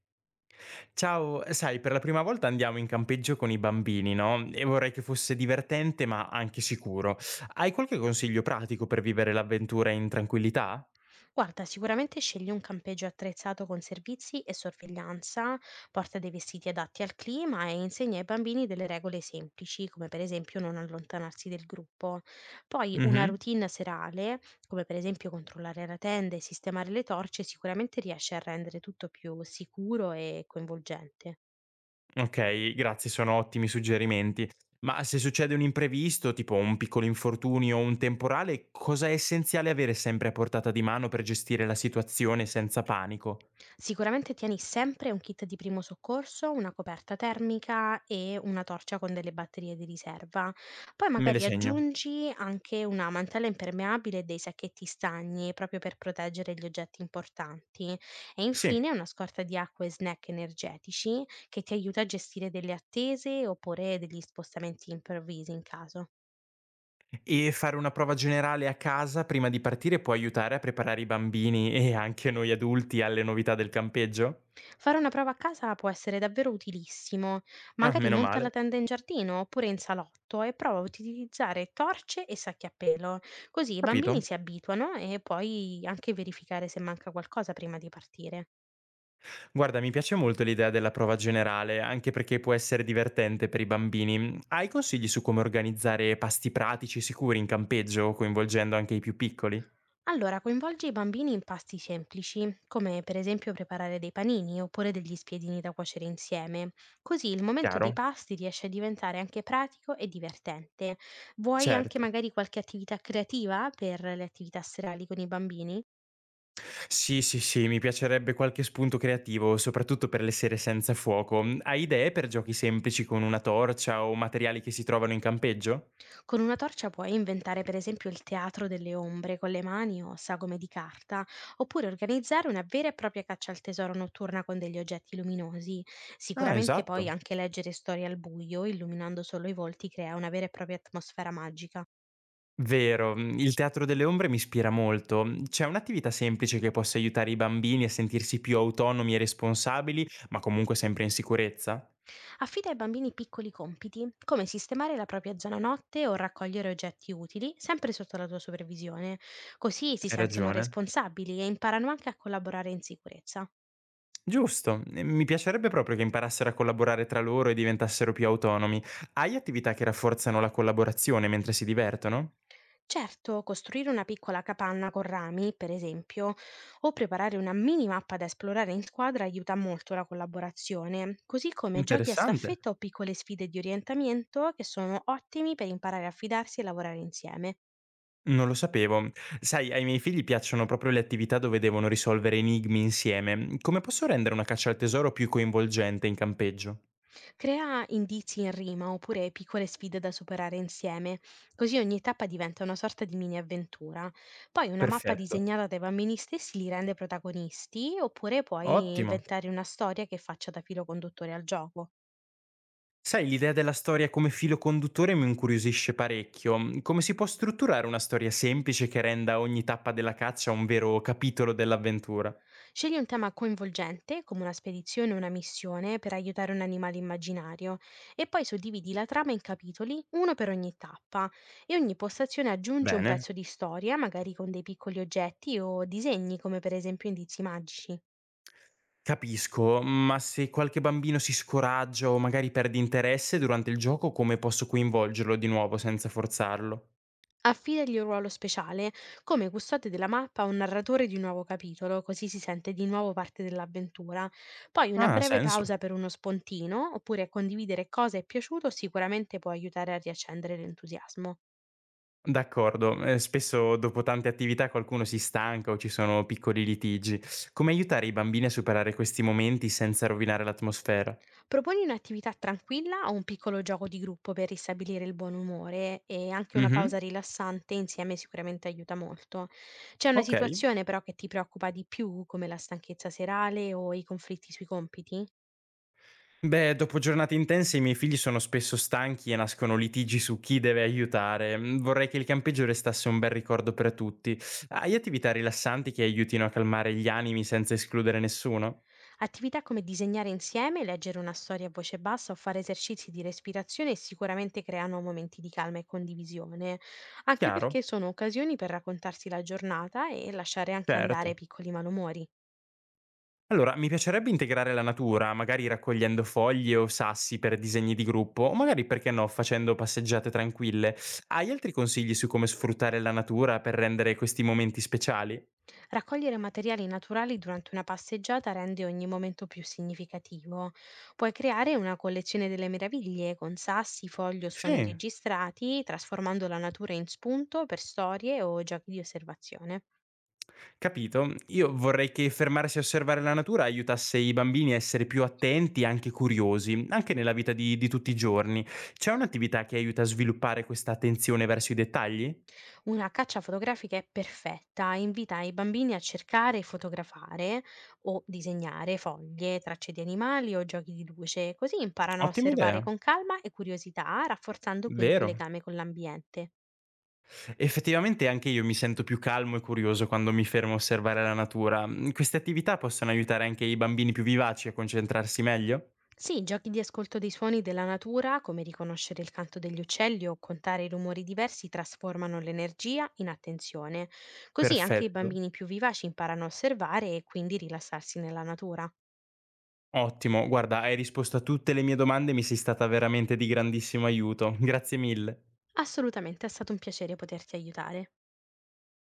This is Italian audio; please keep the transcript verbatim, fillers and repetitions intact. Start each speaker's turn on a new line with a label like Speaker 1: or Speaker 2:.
Speaker 1: Ciao, sai, per la prima volta andiamo in campeggio con i bambini, no? E vorrei che fosse divertente, ma anche sicuro. Hai qualche consiglio pratico per vivere l'avventura in tranquillità?
Speaker 2: Guarda, sicuramente scegli un campeggio attrezzato con servizi e sorveglianza, porta dei vestiti adatti al clima e insegna ai bambini delle regole semplici, come per esempio non allontanarsi del gruppo. Poi una
Speaker 1: Mhm.
Speaker 2: routine serale, come per esempio controllare la tenda e sistemare le torce, sicuramente riesce a rendere tutto più sicuro e coinvolgente.
Speaker 1: Ok, grazie, sono ottimi suggerimenti. Ma se succede un imprevisto, tipo un piccolo infortunio o un temporale, cosa è essenziale avere sempre a portata di mano per gestire la situazione senza panico?
Speaker 2: Sicuramente tieni sempre un kit di primo soccorso, una coperta termica e una torcia con delle batterie di riserva. Poi
Speaker 1: Me le
Speaker 2: magari
Speaker 1: segno.
Speaker 2: aggiungi anche una mantella impermeabile e dei sacchetti stagni proprio per proteggere gli oggetti importanti. E
Speaker 1: Sì.
Speaker 2: infine una scorta di acqua e snack energetici che ti aiuta a gestire delle attese oppure degli spostamenti improvvisi in caso.
Speaker 1: E fare una prova generale a casa prima di partire può aiutare a preparare i bambini e anche noi adulti alle novità del campeggio?
Speaker 2: Fare una prova a casa può essere davvero utilissimo.
Speaker 1: Ah,
Speaker 2: Magari
Speaker 1: meno
Speaker 2: monta la
Speaker 1: male.
Speaker 2: tenda in giardino oppure in salotto e prova a utilizzare torce e sacchi a pelo. Così i bambini
Speaker 1: Capito?
Speaker 2: si abituano e puoi anche verificare se manca qualcosa prima di partire.
Speaker 1: Guarda, mi piace molto l'idea della prova generale, anche perché può essere divertente per i bambini. Hai consigli su come organizzare pasti pratici sicuri in campeggio, coinvolgendo anche i più piccoli?
Speaker 2: Allora, coinvolgi i bambini in pasti semplici, come per esempio preparare dei panini oppure degli spiedini da cuocere insieme. Così il momento dei
Speaker 1: Chiaro?
Speaker 2: pasti riesce a diventare anche pratico e divertente. Vuoi anche
Speaker 1: Certo.
Speaker 2: magari qualche attività creativa per le attività serali con i bambini?
Speaker 1: Sì, sì, sì, mi piacerebbe qualche spunto creativo, soprattutto per le sere senza fuoco. Hai idee per giochi semplici con una torcia o materiali che si trovano in campeggio?
Speaker 2: Con una torcia puoi inventare per esempio il teatro delle ombre con le mani o sagome di carta, oppure organizzare una vera e propria caccia al tesoro notturna con degli oggetti luminosi.
Speaker 1: Ah,
Speaker 2: Sicuramente poi
Speaker 1: esatto.
Speaker 2: anche leggere storie al buio, illuminando solo i volti, crea una vera e propria atmosfera magica.
Speaker 1: Vero, il teatro delle ombre mi ispira molto. C'è un'attività semplice che possa aiutare i bambini a sentirsi più autonomi e responsabili, ma comunque sempre in sicurezza?
Speaker 2: Affida ai bambini piccoli compiti, come sistemare la propria zona notte o raccogliere oggetti utili, sempre sotto la tua supervisione. Così si
Speaker 1: Hai
Speaker 2: sentono
Speaker 1: ragione.
Speaker 2: responsabili e imparano anche a collaborare in sicurezza.
Speaker 1: Giusto, e mi piacerebbe proprio che imparassero a collaborare tra loro e diventassero più autonomi. Hai attività che rafforzano la collaborazione mentre si divertono?
Speaker 2: Certo, costruire una piccola capanna con rami, per esempio, o preparare una mini mappa da esplorare in squadra aiuta molto la collaborazione, così come giochi a
Speaker 1: Interessante,
Speaker 2: staffetta o piccole sfide di orientamento che sono ottimi per imparare a fidarsi e lavorare insieme.
Speaker 1: non lo sapevo. Sai, ai miei figli piacciono proprio le attività dove devono risolvere enigmi insieme. Come posso rendere una caccia al tesoro più coinvolgente in campeggio?
Speaker 2: Crea indizi in rima oppure piccole sfide da superare insieme, così ogni tappa diventa una sorta di mini avventura. Poi una mappa
Speaker 1: Perfetto,
Speaker 2: disegnata dai bambini stessi li rende protagonisti, oppure puoi
Speaker 1: ottimo.
Speaker 2: inventare una storia che faccia da filo conduttore al gioco.
Speaker 1: Sai, l'idea della storia come filo conduttore mi incuriosisce parecchio. Come si può strutturare una storia semplice che renda ogni tappa della caccia un vero capitolo dell'avventura?
Speaker 2: Scegli un tema coinvolgente, come una spedizione o una missione, per aiutare un animale immaginario e poi suddividi la trama in capitoli, uno per ogni tappa, e ogni postazione aggiunge un
Speaker 1: Bene.
Speaker 2: pezzo di storia, magari con dei piccoli oggetti o disegni, come per esempio indizi magici.
Speaker 1: Capisco, ma se qualche bambino si scoraggia o magari perde interesse durante il gioco, come posso coinvolgerlo di nuovo senza forzarlo?
Speaker 2: Affidagli un ruolo speciale, come custode della mappa o narratore di un nuovo capitolo, così si sente di nuovo parte dell'avventura. Poi una
Speaker 1: Ah, ha
Speaker 2: breve
Speaker 1: senso.
Speaker 2: pausa per uno spontino, oppure condividere cosa è piaciuto sicuramente può aiutare a riaccendere l'entusiasmo.
Speaker 1: D'accordo, eh, spesso dopo tante attività qualcuno si stanca o ci sono piccoli litigi. Come aiutare i bambini a superare questi momenti senza rovinare l'atmosfera?
Speaker 2: Proponi un'attività tranquilla o un piccolo gioco di gruppo per ristabilire il buon umore e anche una
Speaker 1: Mhm,
Speaker 2: pausa rilassante insieme sicuramente aiuta molto. C'è una
Speaker 1: ok.
Speaker 2: situazione però che ti preoccupa di più, come la stanchezza serale o i conflitti sui compiti?
Speaker 1: Beh, dopo giornate intense i miei figli sono spesso stanchi e nascono litigi su chi deve aiutare. Mm, Vorrei che il campeggio restasse un bel ricordo per tutti. Hai attività rilassanti che aiutino a calmare gli animi senza escludere nessuno?
Speaker 2: Attività come disegnare insieme, leggere una storia a voce bassa o fare esercizi di respirazione sicuramente creano momenti di calma e condivisione, anche
Speaker 1: Chiaro?
Speaker 2: perché sono occasioni per raccontarsi la giornata e lasciare anche andare
Speaker 1: Certo.
Speaker 2: piccoli malumori.
Speaker 1: Allora, mi piacerebbe integrare la natura, magari raccogliendo foglie o sassi per disegni di gruppo, o magari, perché no, facendo passeggiate tranquille. Hai altri consigli su come sfruttare la natura per rendere questi momenti speciali?
Speaker 2: Raccogliere materiali naturali durante una passeggiata rende ogni momento più significativo. Puoi creare una collezione delle meraviglie con sassi, fogli o suoni
Speaker 1: Sì.
Speaker 2: registrati, trasformando la natura in spunto per storie o giochi di osservazione.
Speaker 1: Capito. Io vorrei che fermarsi a osservare la natura aiutasse i bambini a essere più attenti e anche curiosi, anche nella vita di, di tutti i giorni. C'è un'attività che aiuta a sviluppare questa attenzione verso i dettagli?
Speaker 2: Una caccia fotografica è perfetta, invita i bambini a cercare e fotografare o disegnare foglie, tracce di animali o giochi di luce, così imparano a
Speaker 1: Ottima
Speaker 2: osservare
Speaker 1: idea,
Speaker 2: con calma e curiosità, rafforzando quindi il
Speaker 1: vero.
Speaker 2: legame con l'ambiente.
Speaker 1: Effettivamente anche io mi sento più calmo e curioso quando mi fermo a osservare la natura. Mm, Queste attività possono aiutare anche i bambini più vivaci a concentrarsi meglio?
Speaker 2: Sì, giochi di ascolto dei suoni della natura, come riconoscere il canto degli uccelli o contare i rumori diversi, trasformano l'energia in attenzione. Così anche i
Speaker 1: Perfetto.
Speaker 2: bambini più vivaci imparano a osservare e quindi rilassarsi nella natura.
Speaker 1: Ottimo, guarda, hai risposto a tutte le mie domande e mi sei stata veramente di grandissimo aiuto. Grazie mille.
Speaker 2: Assolutamente, è stato un piacere poterti aiutare.